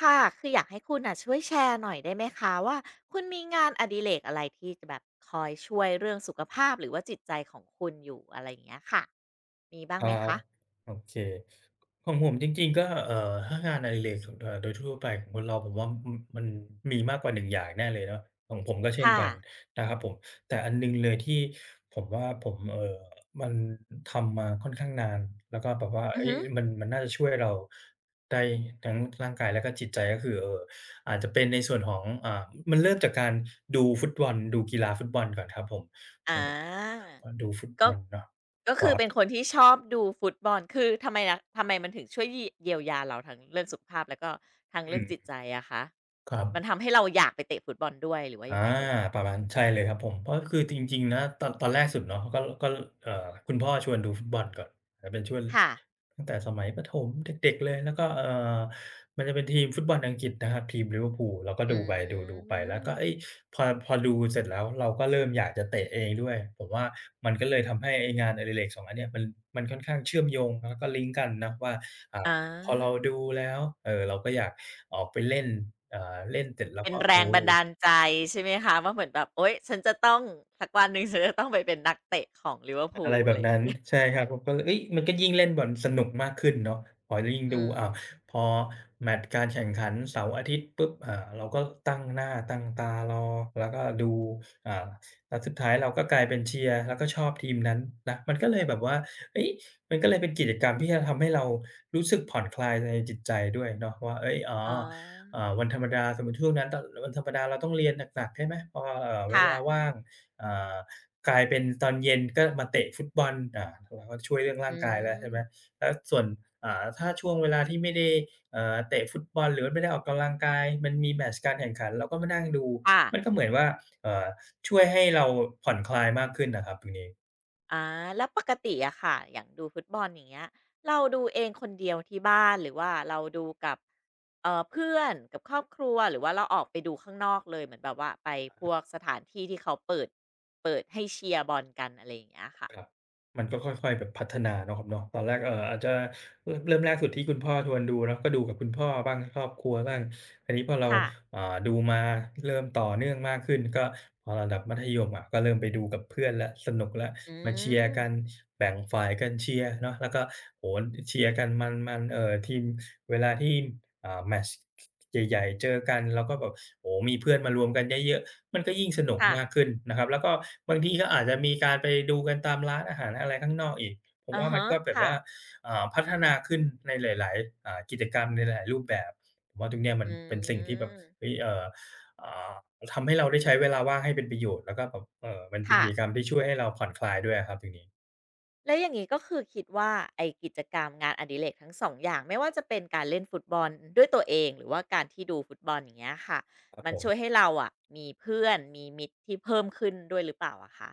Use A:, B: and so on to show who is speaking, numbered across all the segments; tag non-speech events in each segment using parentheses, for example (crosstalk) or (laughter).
A: ค่ะ คืออยากให้คุณอ่ะช่วยแชร์หน่อยได้ไหมคะว่าคุณมีงานอดิเรกอะไรที่จะแบบคอยช่วยเรื่องสุขภาพหรือว่าจิตใจของคุณอยู่อะไรอย่างเงี้ยค่ะมีบ้า
B: ค
A: งไห
B: รั
A: ม
B: บ
A: คะ
B: โอเคของผมจริงๆก็ถ้างานอดิเรกโดยทั่วๆไปของคนเราผมว่ามันมีมากกว่าหนึ่งอย่างแน่เลยเนาะของผมก็เช่น
A: ค่ะ
B: กันนะครับผมแต่อันหนึ่งเลยที่ผมว่าผมมันทำมาค่อนข้างนานแล้วก็แบบว่า
A: อือ
B: เฮ้ย
A: ฮึ
B: มันน่าจะช่วยเราได้ทั้งร่างกายแล้วก็จิตใจก็คืออาจจะเป็นในส่วนของมันเริ่มจากการดูฟุตบอลดูกีฬาฟุตบอลก่อนครับผมเอ่
A: อา
B: อพอดูฟุตบ
A: ก็
B: อลเนาะค
A: คื
B: รั
A: อเป็นค
B: บ
A: นที่ชอบดูฟุตบอลคือทำไมนะทำไมมันถึงช่วยเยียวยาเราทั้งเรื่องสุขภาพแล้วก็ทั้ง
B: อื
A: เรื่องจิต
B: ม
A: ใจอะคะ
B: ครับ
A: มันทำให้เราอยากไปเตะฟุตบอลด้วยหรือว่า
B: อา
A: ยังไงเอ่ย
B: ประมาณใช่เลยครับผมเพราะคือจริงๆนะตอนแรกสุดเนาะก็คุณพ่อชวนดูฟุตบอลก่อนอาเป็นช่วง
A: ค่ะ
B: ตั้งแต่สมัยประถมเด็กๆเลยแล้วก็อมันจะเป็นทีมฟุตบอลอังกฤษนะครับทีม Liverpool เราก็
A: อื
B: ดูไปดูๆไปแล้วก็เฮ้ย
A: ม
B: พอดูเสร็จแล้วเราก็เริ่มอยากจะเตะเองด้วยผมว่ามันก็เลยทำให้ไอ้งานอดิเรกสองอันเนี้ยมันค่อนข้างเชื่อมโยงแล้วก็ลิงก์กันนะว่าอ่า
A: อา
B: พอเราดูแล้วเราก็อยากออกไปเล่นเล่นเสร็จแล้ว
A: เป็น
B: ก็
A: แร
B: เอ
A: งบั
B: อ
A: นดาลใจใช่ไหมคะว่าเหมือนแบบโอ๊ยฉันจะต้องสักวันหนึ่งฉันจะต้องไปเป็นนักเตะของลิเวอร์พู
B: อะไร
A: ล
B: แบ
A: อะไร
B: บ
A: อย่า
B: นั้
A: ง
B: น
A: งี้
B: ใช่ครับผมก็เลยเฮ้ยมันก็ยิ่งเล่นบอลสนุกมากขึ้นเนาะพอยิ่ง
A: อื
B: ดูอ้าว
A: ม
B: พอแมตช์การแข่งขันเสาร์อาทิตย์ปุ๊บเราก็ตั้งหน้าตั้งตารอแล้วก็ดูอ่าแล้วสุดท้ายเราก็กลายเป็นเชียร์แล้วก็ชอบทีมนั้นนะมันก็เลยแบบว่าเฮ้ยมันก็เลยเป็นกิจกรรมที่จะทำให้เรารู้สึกผ่อนคลายในจิตใจด้วยเนาะว่าเฮ้ยอ๋อ
A: อ๋อ
B: วันธรรมดาสมมุติช่วงนั้นวันธรรมดาเราต้องเรียนหนักๆใช่ไหมพอเว
A: ค่ะ
B: ลาว่างอ่า กลายเป็นตอนเย็นก็มาเตะฟุตบอลเราก็ช่วยเรื่อง
A: อื
B: ร่างกายแล้วใช่ไหม
A: ม
B: แล้วส่วนถ้าช่วงเวลาที่ไม่ได้เตะฟุตบอลหรือว่าไม่ได้ออกกำลังกายมันมีแมตช์การแข่งขันเราก็มานั่งดู
A: ค่ะ
B: มันก็เหมือนว่าเอ่อช่วยให้เราผ่อนคลายมากขึ้นน่ะครับตรงนี้
A: อาแล้วปกติอะค่ะอย่างดูฟุตบอลอย่างเงี้ยเราดูเองคนเดียวที่บ้านหรือว่าเราดูกับเพื่อนกับครอบครัวหรือว่าเราออกไปดูข้างนอกเลยเหมือนแบบว่าไปพวกสถานที่ที่เขาเปิดเปิดให้เชียร์บอลกันอะไรอย่างเงี้ยค่ะ
B: ครับมันก็ค่อยๆแบบพัฒนาเนาะครับเนาะตอนแรกอาจจะเริ่มแรกสุดที่คุณพ่อชวนดูเนาะก็ดูกับคุณพ่อบ้างครอบครัวบ้างทีนี้พอเรา
A: ค่ะ
B: ดูมาเริ่มต่อเนื่องมากขึ้นก็พอระดับมัธยมอะก็เริ่มไปดูกับเพื่อนแล้วสนุกแล้ว
A: อื
B: มาเชียร์
A: ม
B: กันแบ่งฝ่ายกันเชียร์เนาะแล้วก็โอ้โฮเชียร์กันมันๆทีมเวลาที่แมตช์ใหญ่ๆเจอกันเราก็แบบโอ้โฮมีเพื่อนมารวมกันเยอะๆ มันก็ยิ่งสนุก
A: ค่ะ
B: มากขึ้นนะครับแล้วก็บางทีก็อาจจะมีการไปดูกันตามร้านอาหารอะไรข้างนอกอีกผม
A: อะ
B: ว่ามัน
A: ฮะ
B: ก็แบบ
A: ค่ะ
B: ว่าพัฒนาขึ้นในหลายๆกิจกรรมในหลายๆรูปแบบผมว่าตรงเนี้ยมัน
A: อื
B: เป็นสิ่งที่แบบ
A: ม
B: เฮ้ยอ่าทำให้เราได้ใช้เวลาว่างให้เป็นประโยชน์แล้วก็แบบมันเป็น
A: ค่ะ
B: กิจกรรมที่ช่วยให้เราผ่อนคลายด้วยอะครับตรงนี้
A: แล้วอย่างนี้ก็คือคิดว่าไอกิจกรรมงานอดิเรกทั้งสองอย่างไม่ว่าจะเป็นการเล่นฟุตบอลด้วยตัวเองหรือว่าการที่ดูฟุตบอลอย่างเงี้ยค่ะ
B: ครับ
A: มั
B: ผ
A: นช่วยให้
B: ม
A: เราอะมีเพื่อนมีมิตรที่เพิ่มขึ้นด้วยหรือเปล่าอะคะ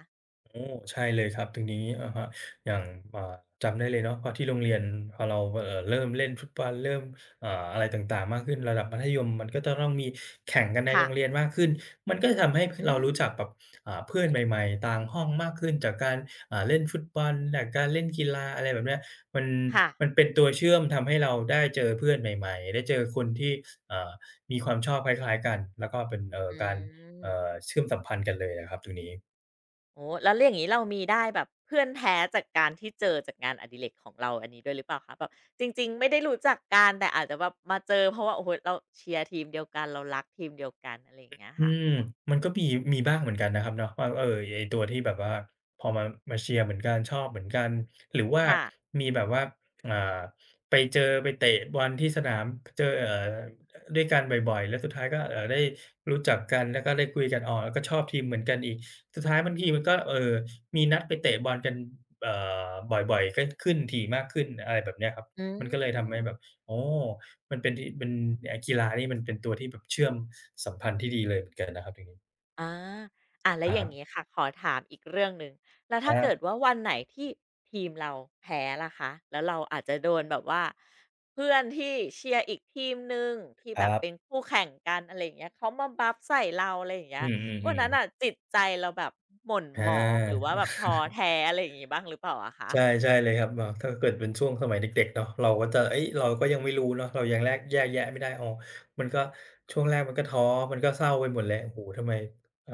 B: โอ้ใช่เลยครับตรงนี้อะฮะอย่างอ่าจำได้เลยเนาะพอที่โรงเรียนพอเราเริ่มเล่นฟุตบอลเริ่มอะไรต่างๆมากขึ้นระดับมัธยมมันก็จะต้องมีแข่งกันใน
A: ค่ะ
B: โรงเรียนมากขึ้นมันก็จะทำให้พ
A: อื
B: เรารู้จักแบ
A: ม
B: บเพื่อนใหม่ๆต่างห้องมากขึ้นจากการเล่นฟุตบอลจากการเล่นกีฬาอะไรแบบเนี้ยมัน
A: ค่ะ
B: มันเป็นตัวเชื่อมทำให้เราได้เจอเพื่อนใหม่ๆได้เจอคนที่อ่ามีความชอบคล้ายๆกันแล้วก็เป็น
A: อื
B: การ
A: ม
B: เชื่อมสัมพันธ์กันเลยอะครับตรงนี้
A: โอ้แล้วอย่างนี้เรามีได้แบบเพื่อนแท้จากการที่เจอจากงานอดิเรกของเราอันนี้ด้วยหรือเปล่าคะแบบจริงๆไม่ได้รู้จักกันแต่อาจจะแบบมาเจอเพราะว่าโอ้โหเราเชียร์ทีมเดียวกันเรารักทีมเดียวกันอะไรอย่างเงี้ย
B: อื
A: ค่ะ
B: มมันก็มีบ้างเหมือนกันนะครับเนาะว่าเออไอ้ตัวที่แบบว่าพอมามาเชียร์เหมือนกันชอบเหมือนกันหรือว่า
A: ค่ะ
B: มีแบบว่าอ่าไปเจอไปเตะบอลที่สนามเจอด้วยกันบ่อยๆแล้วสุดท้ายก็ได้รู้จักกันแล้วก็ได้คุยกันอ๋อแล้วก็ชอบทีมเหมือนกันอีกสุดท้ายบางทีมันก็มีนัดไปเตะบอลกันเอ่อบ่อยๆก็ขึ้นถี่มากขึ้นอะไรแบบเนี้ยครับ
A: อื
B: มันก็เลยทำให้แบบ
A: ม
B: อ๋อ มันเป็นที่เป็นกีฬานี่มันเป็นตัวที่แบบเชื่อมสัมพันธ์ที่ดีเลยเหมือนกันนะครับตรงนี้
A: อาอ่ะแล้
B: ค
A: วอ
B: รั
A: ย่า
B: บ
A: งงี้ค่ะขอถามอีกเรื่องหนึ่งแล้ว
B: ค
A: ถ้าเกิด
B: รับ
A: ว่าวันไหนที่ทีมเราแพ้ล่ะคะแล้วเราอาจจะโดนแบบว่าเพื่อนที่เชียร์อีกทีมหนึ่งที่
B: ค
A: แบบ
B: รั
A: เป็น
B: บ
A: คู่แข่งกันอะไรอย่างเงี้ยเขามาบัฟใส่เราอะไรอย่างเงี้
B: อื
A: ยวันนั้
B: ม
A: นน่ะ
B: ๆๆ
A: จิตใจเราแบบหม่น
B: อ
A: หมองหรือ
B: า
A: ว่าแบบท้อแท้อะไรอย่างงี้บ้างหรือเปล่าอะคะ
B: ใช่ใช่เลยครับแบบถ้าเกิดเป็นช่วงสมัยเด็กๆเนาะเราก็จะเฮ้ยเราก็ยังไม่รู้เนาะเรายังแลกแยกแยะไม่ได้อ๋อมันก็ช่วงแรกมันก็ท้อมันก็เศร้าไปหมดเลยโอ้โฮทำไมเอ่อ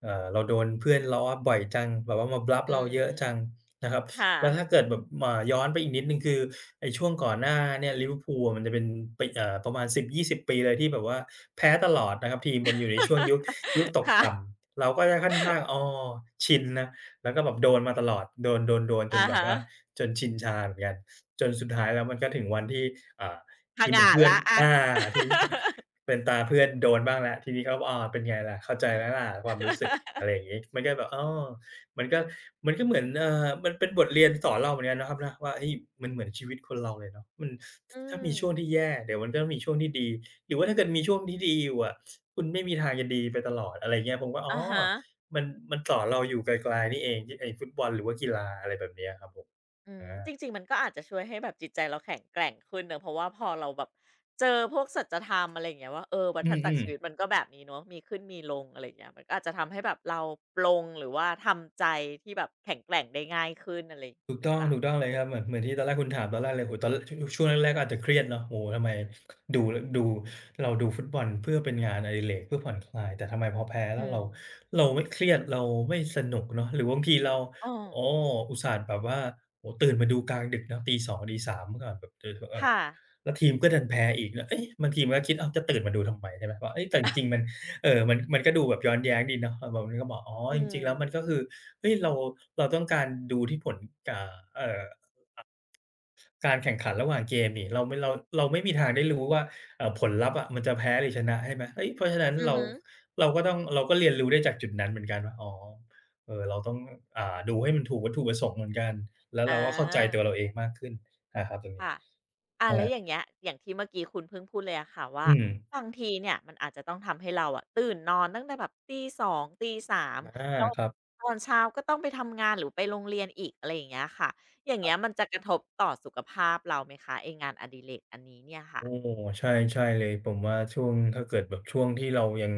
B: เราโดนเพื่อนล้อบ่อยจังแบบว่ามาบัฟ
A: อื
B: เราเยอะ
A: ม
B: จังนะครับ
A: ค่ะ
B: แล้วถ้าเกิดแบบย้อนไปอีกนิดหนึ่งคือไอ้ช่วงก่อนหน้าเนี่ยลิเวอร์พูลอะมันจะเป็นปีประมาณ10-20ปีเลยที่แบบว่าแพ้ตลอดนะครับทีมมันอยู่ในช่วงยุคยุคต
A: (laughs)
B: ก
A: ค่ะ
B: ต่ำเราก็จะค่อนข้างอ้อชินนะแล้วก็แบบโดนมาตลอดโดนโดนโดนจน
A: อะ
B: แบบ
A: ฮะ
B: ว่าจนชินชาเหมือนกันจนสุดท้ายแล้วมันก็ถึงวันที่อ่า
A: ผ
B: ทีมขอ
A: งา
B: ง
A: ด
B: เพื่อน
A: แล้วอะ
B: อา
A: (laughs)
B: ทีม เป็นตาเพื่อนโดนบ้างแล้วทีนี้เขาออเป็นไงล่ะเข้าใจไหมล่ะความรู้สึกอะไรอย่างงี้มันก็แบบอ้อมันก็มันก็เหมือนมันเป็นบทเรียนสอนเราเหมือนกันนะครับนะว่าเฮ้ยมันเหมือนชีวิตคนเราเลยเนาะมันถ
A: อื
B: ถ้ามี
A: ม
B: ช่วงที่แย่เดี๋ยวมันก็มีช่วงที่ดีหรือว่าถ้าเกิดมีช่วงที่ดีอยู่อะคุณไม่มีทางจะดีไปตลอดอะไรอย่างเงี้ยผมก็อ๋อ
A: อะฮะ
B: มันมันสอนเราอยู่ไกลๆนี่เองที่ไอ้ฟุตบอลหรือว่ากีฬาอะไรแบบเนี้ยครับผม
A: อื
B: อ
A: ม
B: า
A: จริงๆมันก็อาจจะช่วยให้แบบจิตใจเราแข็งแกร่งขึ้นเนอะเพราะว่าพอเราแบบเจอพวกสัจธรรมอะไรอย่างเงี้ยว่าเออวั
B: อื
A: ฏจักร
B: ม
A: ชีวิตมันก็แบบนี้เนาะมีขึ้นมีลงอะไรอย่างเงี้ยมันก็อาจจะทำให้แบบเราปลงหรือว่าทำใจที่แบบแข็งแกร่งได้ง่ายขึ้นอะไรอย่าง
B: ถู
A: งี้
B: ก
A: หรือ
B: ต้อ
A: เป
B: ง
A: ล่า
B: ถูกต้องเลยครับเหมือนเหมือนที่ตอนแรกคุณถามตอนแรกเลยโอ้โฮตอนชช่วงแรกๆก็อาจจะเครียดเนาะโอ้โฮทำไมดูดูเราดูฟุตบอลเพื่อเป็นงานอดิเรกเพื่อผ่อนคลายแต่ทำไมพอแพ้แล้
A: อื
B: ว
A: ม
B: เราเราไม่เครียดเราไม่สนุกเนาะหรือบางทีเรา
A: อ้อ
B: อ๋ออุตส่าห์แบบว่าโอ้โฮตื่นมาดูกลางดึกเนาะตีสองตีสามเมื่อก่อนแบบเออเออ
A: ค่ะ
B: แล้วทีมก็ดันแพ้อีกแล้วเอ๊ะบางทีมันก็คิดอ้าวจะตื่นมาดูทำไมใช่ไหมว่าเอ๊ะแต่จริงๆมันมันก็ดูแบบย้อนแย้งดีเนาะแบบมันก็บอกอ๋อ
A: อื
B: จริงๆแล้วมันก็
A: ม
B: คือ เฮ้ยเราต้องการดูที่ผลอ่าเอ่อการแข่งขันระหว่างเกมนี่เราไม่เราเราไม่มีทางได้รู้ว่าผลลัพธ์อะมันจะแพ้หรือชนะใช่ไหมเฮ้ยเพราะฉะนั้น
A: อือฮึ
B: เราก็ต้องเราก็เรียนรู้ได้จากจุดนั้นเหมือนกันว่าอ๋อเออเราต้องดูให้มันถูกวัตถุประสงค์เหมือนกันแล้วเรา
A: อา
B: ก็เข้าใจตัวเราเองมากขึ้นนะครับตรงนี้
A: ค่ะอ่าแล้วอย่าง
B: อา
A: เงี้ยอย่างที่เมื่อกี้คุณเพิ่งพูดเลยอะค่ะว่า
B: อืม
A: บางทีเนี่ยมันอาจจะต้องทำให้เราอะตื่นนอนตั้งแต่แบบตีสองตีสาม
B: อา
A: แล้ว
B: ครับ
A: ตอนเช้าก็ต้องไปทำงานหรือไปโรงเรียนอีกอะไรอย่างเงี้ยค่ะอย่างเงี้ยมันจะกระทบต่อสุขภาพเราไหมคะไองานอดิเรกอันนี้เนี่ยค่ะ
B: โอ้ใช่ใช่เลยผมว่าช่วงถ้าเกิดแบบช่วงที่เรา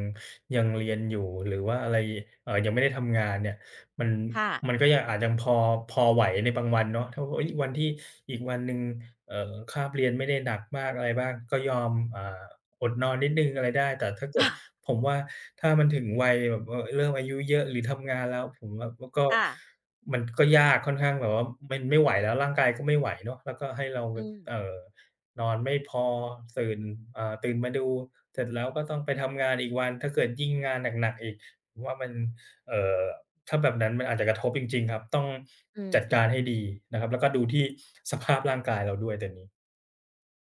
B: ยังเรียนอยู่หรือว่าอะไรยังไม่ได้ทำงานเนี่ยมัน
A: ค่ะ
B: มันก็ยังอาจยังพอพอไหวในบางวันเนาะถ้าเฮ้ยวันที่อีกวันหนึ่งเอ่อคาบเรียนไม่ได้หนักมากอะไรบ้างก็ยอมอดนอนนิดหนึ่งอะไรได้แต่ถ้าเกิด
A: (laughs)
B: ผมว่าถ้ามันถึงวัยแบบเริ่มอายุเยอะหรือทำงานแล้วผมว่ามันก็
A: ค่ะ
B: มันก็ยากค่อนข้างแบบว่ามันไม่ไหวแล้วร่างกายก็ไม่ไหวเนาะแล้วก็ให้เราแบ
A: อื
B: บ
A: ม
B: นอนไม่พอตื่นตื่นมาดูเสร็จแล้วก็ต้องไปทำงานอีกวันถ้าเกิดยิ่งงานหนักๆอีกผมว่ามันเอ่อถ้าแบบนั้นมันอาจจะกระทบจริงๆครับต้อง
A: อืม
B: จัดการให้ดีนะครับแล้วก็ดูที่สภาพร่างกายเราด้วยเดี๋ยวนี้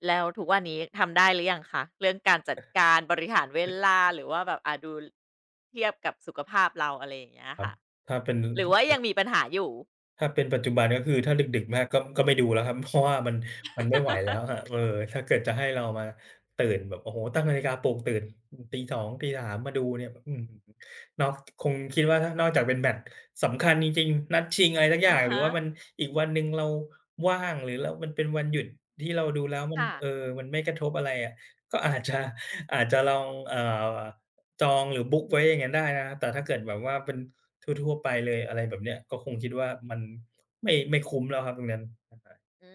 A: แล้วทุกวันนี้ทำได้หรือยังคะเรื่องการจัดการบริหารเวลาหรือว่าแบบอะดูเทียบกับสุขภาพเราอะไรอย่างเงี้ย
B: ครับ
A: ค่ะ
B: ถ้าเป็น
A: หรือว่ายังมีปัญหาอยู่
B: ถ้าเป็นปัจจุบันก็คือถ้าดึกๆมากก็ก็ไม่ดูแล้วครับ (laughs) เพราะว่ามันมันไม่ไหวแล้วค
A: (laughs)
B: รับเออถ้าเกิดจะให้เรามาตื่นแบบโอ้โฮตั้งนาฬิกาปลุกตื่นอือตีตีสองตีสามมาดูเนี่ยอื้อฮือนอกคงคิดว่าถ้านอกจากเป็นแมตช์สำคัญจริงๆนัดชิงอะไรสักอย่า
A: อะ
B: งหรือ
A: ฮะ
B: ว่ามันอีกวันหนึ่งเราว่างหรือเรามันเป็นวันหยุดที่เราดูแล้วมัน
A: ค่ะ
B: เออมันไม่กระทบอะไรอะก็อาจจะอาจจะลองจองหรือบุ๊กไว้อย่างงั้นได้นะครับแต่ถ้าเกิดแบบว่าเป็น ทั่วๆไปเลยอะไรแบบเนี้ยก็คงคิดว่ามันไม่ไม่คุ้มแล้วครับตรงนั้น
A: อื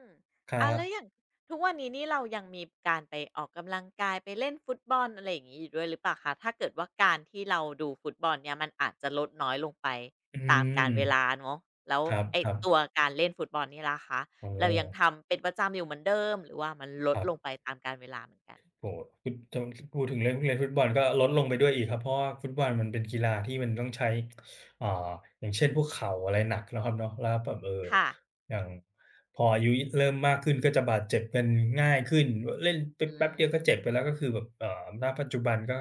A: ม
B: ครั
A: อ่าแล้วอย่า
B: บ
A: งทุกวันนี้นี่เรายังมีการไปออกกำลังกายไปเล่นฟุตบอลอะไรอย่างงี้อยู่ด้วยหรือเปล่าคะถ้าเกิดว่าการที่เราดูฟุตบอลเนี่ยมันอาจจะลดน้อยลงไป
B: อื
A: ตามกาล
B: ม
A: เวลาเนาะแล้ว
B: คร
A: ไอ
B: ับ
A: ตัว
B: ๆ
A: การเล่นฟุตบอลนี่ล่ะคะ
B: โอ้โฮ
A: เรายังทำเป็นประจำอยู่เหมือนเดิมหรือว่ามันล
B: ค
A: ด
B: รั
A: ลง
B: บ
A: ไปตามกาลเวลาเหมือนกัน
B: โอ้โฮพูดจำพูดถึงเรื่องเล่นฟุตบอลก็ลดลงไปด้วยอีกครับเพราะว่าฟุตบอลมันเป็นกีฬาที่มันต้องใช้อ่าอย่างเช่นพวกเข่าอะไรหนักเนาะครับเนาะแล้วแบบ
A: ค่ะ
B: อย่างพออายุยเริ่มมากขึ้นก็จะบาดเจ็บกันง่ายขึ้นเล่นไป
A: อื
B: แป๊บเดียวก็เจ็บไปแล้วก็
A: ม
B: คือแบบณปัจจุบันก็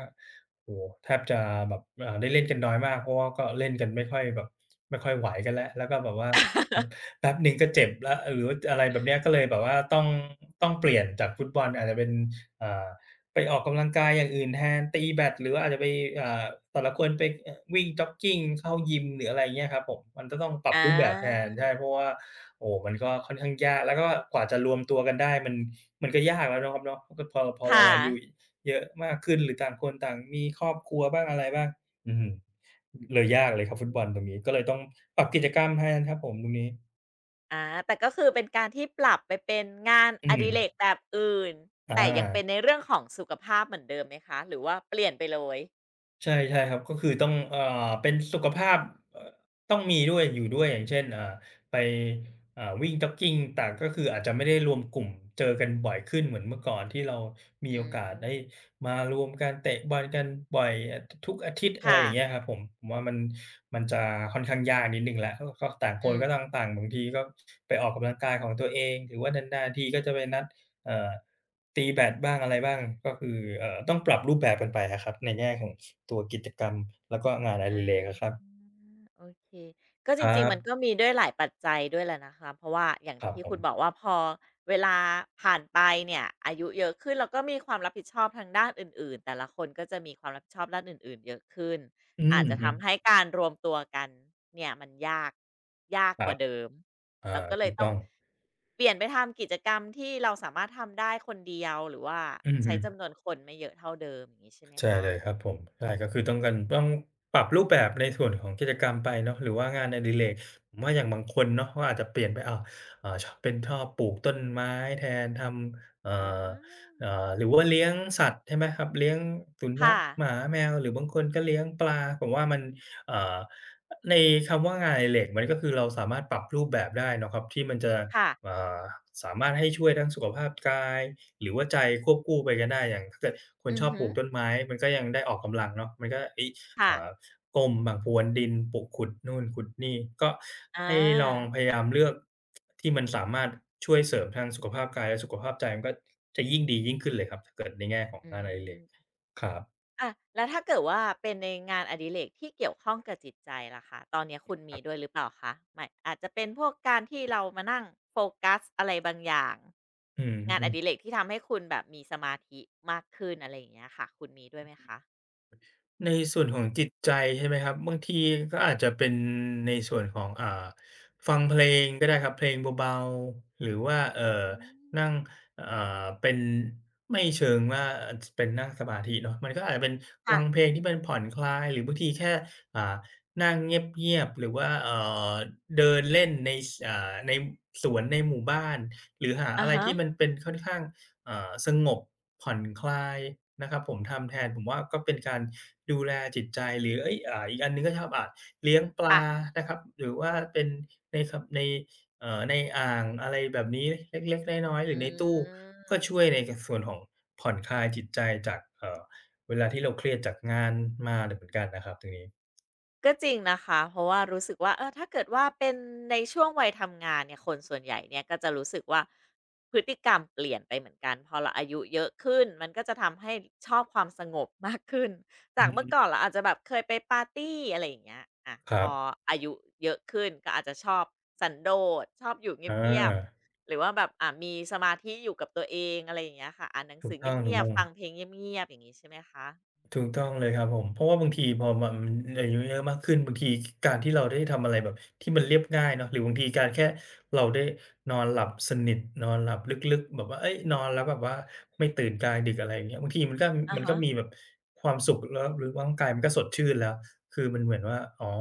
B: โอ้โฮแทบจะแบบได้เล่นกันน้อยมากเพราะว่าก็เล่นกันไม่ค่อยแบบไม่ค่อยไหวกันแล้วแล้วก็แบบว่าแป๊บหนึ่งก็เจ็บแล้วหรือว่าอะไรแบบเนี้ยก็เลยแบบว่าต้องเปลี่ยนจากฟุตบอลอาจจะเป็น อ่าไปออกกำลังกายอย่างอื่นแทนตีแบดหรือว่าอาจจะไปอ่าแต่ละคนไปวิ่งจ็อกกิงเข้ายิมหรืออะไรอย่างเงี้ยครับผมมันก็ต้องปรั
A: อ
B: บรูปแบบแท
A: า
B: นใช่เพราะว่าโอ้โฮมันก็ค่อนข้างยากแล้วก็กว่าจะรวมตัวกันได้มันก็ยากแล้วเนาะครับเนาะก็พอเรา
A: ค่ะ
B: อายุเยอะมากขึ้นหรือต่างคนต่างมีครอบครัวบ้างอะไรบ้างอื้อเลยยากเลยครั
A: อื
B: บฟุตบอลตรงนี้
A: ม
B: ก็เลยต้องปรับกิจกรรมแทนครับผมตรงนี้
A: อาแต่ก็คือเป็นการที่ปรับไปเป็นงาน
B: อื
A: อดิ
B: ม
A: เรกแบบอื่น
B: อ
A: แต่ยังเป็นใน
B: า
A: เรื่องของสุขภาพเหมือนเดิมไหมคะหรือว่าเปลี่ยนไปเลย
B: ใช่ใช่ครับก็คือต้องเป็นสุขภาพเอ่อต้องมีด้วยอยู่ด้วยอย่างเช่นไปวิ่ง jogging ต่างก็คืออาจจะไม่ได้รวมกลุ่มเจอกันบ่อยขึ้นเหมือนเมื่อก่อนที่เรามี
A: อื
B: โอกาสได้
A: ม
B: มารวมกันเตะบอลกันบ่อยอทุกอาทิตย์อะไร
A: ค่ะ
B: อย่างเงี้ยครับผมผมว่ามันจะค่อนข้างยากนิดหนึ่งแล้วก็ก็ต่างค
A: อื
B: นก็ต้อง
A: ม
B: ต่างบางทีก็ไปออกกำลังกายของตัวเองหรือว่านานๆทีก็จะไปนัดเอ่อตีแบดบ้างอะไรบ้างก็คือต้องปรับรูปแบบกันไปอะครับในแง่ของ ตัวกิจกรรมแล้วก็งานอดิเรก
A: อา
B: อะครับ
A: โอเคก็จ
B: ครั
A: ริงๆมันก็
B: บ
A: มีด้วยหลายปัจจัยด้วยแหละนะคะเพราะว่าอย่าง
B: ครับ
A: ที่
B: ผ
A: คุ
B: ม
A: ณบอกว่าพอเวลาผ่านไปเนี่ยอายุเยอะขึ้นแล้วก็มีความรับผิดชอบทางด้านอื่นๆแต่ละคนก็จะมีความรับผิดชอบด้านอื่นๆเยอะขึ้น
B: อือ
A: อาจจะ
B: ฮึ
A: ทำให้การรวมตัวกันเนี่ยมันยากยาก
B: ค
A: ก
B: รั
A: ว่า
B: บ
A: เดิม
B: อา
A: เราก็เล
B: ถู
A: ย
B: ก
A: ต้อ
B: ต้อ
A: ง
B: ง
A: เปลี่ยนไปทำกิจกรรมที่เราสามารถทำได้คนเดียวหรือว่า
B: อือ
A: ใช้
B: ฮึ
A: จำนวนคนไม่เยอะเท่าเดิมอย่างงี้ใช่ไหม
B: ใช่
A: คะ
B: เลยครับผมใช่ก็คือ
A: อื
B: ต้องกัน
A: ม
B: ต้องปรับรูปแบบในส่วนของกิจกรรมไปเนาะหรือว่างานอดิเรกผมว่าอย่างบางคนเนาะเขาอาจจะเปลี่ยนไปอ้าวอ่าชเป็นชอบปลูกต้นไม้แทนทำ
A: อา
B: เอ่อหรือว่าเลี้ยงสัตว์ใช่ไหมครับเลี้ยงสุนั
A: ค่ะ
B: ขหมาแมวหรือบางคนก็เลี้ยงปลาผมว่ามันเอ่อในคำว่างานอดิเรกมันก็คือเราสามารถปรับรูปแบบได้เนาะครับที่มันจะ
A: ค่ะ
B: อ่าสามารถให้ช่วยทั้งสุขภาพกายหรือว่าใจควบคู่ไปกันได้อย่างถ้าเกิดคน
A: อื
B: ช
A: อ
B: อบป
A: ฮึ
B: ลูกต้นไม้มันก็ยังได้ออกกำลังเนาะมันก็เฮ้ย
A: ค่ะ
B: อ่าก้มบ้างพรวนดินปลุกขุดนู่นขุดนี่ก็
A: อา
B: ให้ลองพยายามเลือกที่มันสามารถช่วยเสริมทั้งสุขภาพกายและสุขภาพใจมันก็จะยิ่งดียิ่งขึ้นเลยครับถ้าเกิดในแง่ของ
A: อื
B: งานอดิเรก
A: ม
B: ครับ
A: อะแล้วถ้าเกิดว่าเป็นในงานอดิเรกที่เกี่ยวข้องกับจิตใจล่ะคะตอนเนี้ยคุณ
B: ค
A: มี
B: รั
A: ด้ว
B: บ
A: ยหรือเปล่าคะหมายอาจจะเป็นพวกการที่เรามานั่งโฟกัสอะไรบางอย่าง
B: อื
A: งานอ
B: ม
A: ดิเร
B: ๆ
A: กที่ทำให้คุณแบบมีสมาธิมากขึ้นอะไรอย่างเงี้ยค่ะคุณมีด้วยไหมคะ
B: ในส่วนของจิตใจใช่ไหมครับบางทีก็อาจจะเป็นในส่วนของฟังเพลงก็ได้ครับเพลงเบาๆหรือว่า
A: อื
B: นั่ง
A: ม
B: อ่เป็นไม่เชิงว่าอจเป็นนั่งสมาธิเนาะมันก็อาจจะเป็นฟั
A: ค่ะ
B: งเพลงที่มันผ่อนคลายหรือบางทีแค่อ่านั่งเงียบๆหรือว่าเดินเล่นในสในสวนในหมู่บ้านหรือหา
A: อะ
B: อะไร
A: ฮะ
B: ที่มันเป็นค่อนข้าง สงบผ่อนคลายนะครับผมทำแทนผมว่าก็เป็นการดูแลจิตใจหรือเฮ้ยอีกอันหนึ่งก็ชอบเลี้ยงปลา
A: ค่ะ
B: นะครับหรือว่าเป็นในคในในอ่างอะไรแบบนี้เล็กๆน้อยๆหรื
A: อื
B: อในตู้ก็
A: ม
B: ช่วยในกส่วนของผ่อนคลายจิตใจจากเวลาที่เราเครียดจากงานมาเหมือนกันนะครับตรงนี้
A: ก็จริงนะคะเพราะว่ารู้สึกว่าเออถ้าเกิดว่าเป็นในช่วงวัยทำงานเนี่ยคนส่วนใหญ่เนี่ยก็จะรู้สึกว่าพฤติกรรมเปลี่ยนไปเหมือนกันพอเราอายุเยอะขึ้นมันก็จะทำให้ชอบความสงบมากขึ้น (laughs) จา
B: อื
A: กเมื่อ
B: ม
A: ก่อนเราอาจจะแบบเคยไปปาร์ตีอะไรอย่างเงี้ยอะ
B: ค
A: พ
B: รั
A: อ
B: บ
A: อายุเยอะขึ้นก็อาจจะชอบสันโดษชอบอยู่เ
B: อ
A: งียบ
B: า
A: ๆหรือว่าแบบมีสมาธิอยู่กับตัวเองอะไรอย่างเงี้ยค่ะอ่านหนัง
B: ถู
A: สื
B: ก
A: อเ
B: ต้อ
A: งียบ
B: ง
A: ๆฟังเพ
B: ๆ
A: ลงเงียบๆอย่างงี้ใช่ไหมคะ
B: ถูกต้องเลยครับผมเพราะว่าบางทีพอมันอายุเยอะมากขึ้นบางทีการที่เราได้ทำอะไรแบบที่มันเรียบง่ายเนาะหรือบางทีการแค่เราได้นอนหลับสนิทนอนหลับลึกๆแบบว่าเฮ้ยนอนแล้วแบบว่าไม่ตื่นกลางดึกอะไรอย่างเงี้ยบางทีมันก็
A: อะ
B: มันก็
A: ฮะ
B: มีแบบความสุขแล้วหรือร่างกายมันก็สดชื่นแล้วคือมันเหมือนว่าอ๋อ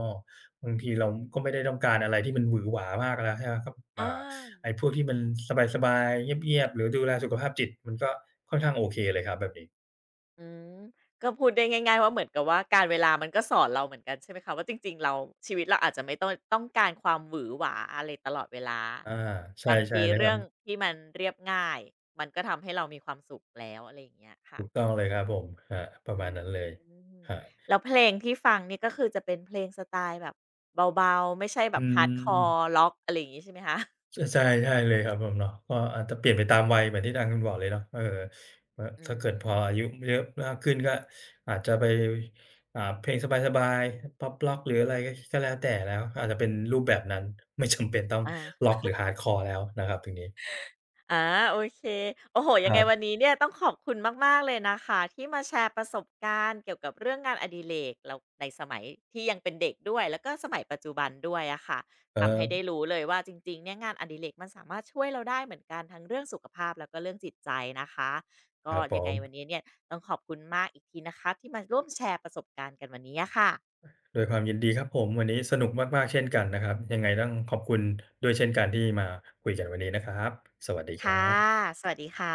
B: บางทีเราก็ไม่ได้ต้องการอะไรที่มันหวือหวามากแล้วใช่ไหมครับ
A: อา
B: ไอ้พวกที่มันสบายๆเงียบๆหรือดูแลสุขภาพจิตมันก็ค่อนข้างโอเคเลยครับแบบนี้
A: อืมก็พูดได้ง่ายๆว่าเหมือนกับว่าการเวลามันก็สอนเราเหมือนกันใช่ไหมคะว่าจริงๆเราชีวิตเราอาจจะไม่ต้องการความหวือหวาอะไรตลอดเวลา
B: อาใช
A: บาง
B: ่
A: ที
B: ๆเลยค
A: เรื่
B: รั
A: อง
B: บ
A: ที่มันเรียบง่ายมันก็ทำให้เรามีความสุขแล้วอะไรอย่างเงี้ยค่ะ
B: ถูกต้องเลยครับผมครับประ
A: อื
B: มาณ
A: ม
B: นั้นเลยครับ
A: แล้วเพลงที่ฟังนี่ก็คือจะเป็นเพลงสไตล์แบบเบาๆไม่ใช่แบ
B: อื
A: บ hardcore
B: ม
A: ร็อกอะไรอย่างงี้ใช่ไหมคะ
B: ชใช่ใช่เลยครับผมเนาะก็อาจจะเปลี่ยนไปตามวัยเหมือนที่ทางคุณบอกเลยเนาะเออว่า
A: อื
B: ถ้าเกิดพออา
A: ม
B: ยุเยอะมากขึ้นก็อาจจะไปเพลงสบายๆพ็อปร็อกหรืออะไรก็แล้วแต่แล้วอาจจะเป็นรูปแบบนั้น (laughs) ไม่จำเป็นต้อง
A: อา
B: ร็อกหรือ Hardcore แล้วนะครับตรงนี้
A: อาโอเคโอ้โห
B: ค
A: ยังไง
B: รั
A: วัน
B: บ
A: นี้เนี่ยต้องขอบคุณมากๆเลยนะคะที่มาแชร์ประสบการณ์เกี่ยวกับเรื่องงานอดิเรกแล้วในสมัยที่ยังเป็นเด็กด้วยแล้วก็สมัยปัจจุบันด้วยอะค่ะทำให้ได้
B: เออ
A: รู้เลยว่าจริงๆเนี่ยงานอดิเรกมันสามารถช่วยเราได้เหมือนกันทั้งเรื่องสุขภาพแล้วก็เรื่องจิตใจนะคะ
B: ค
A: ก็
B: รับผ
A: ยังไง
B: ม
A: วันนี้เนี่ยต้องขอบคุณมากอีกทีนะคะที่มาร่วมแชร์ประสบการณ์กันวันนี้อะค่ะ
B: ด้วยความยินดีครับผมวันนี้สนุกมากๆเช่นกันนะครับยังไงต้องขอบคุณด้วยเช่นกันที่มาคุยกันวันนี้นะครับสวัสดีครั
A: ค่ะ
B: บ
A: สวัสดีค่ะ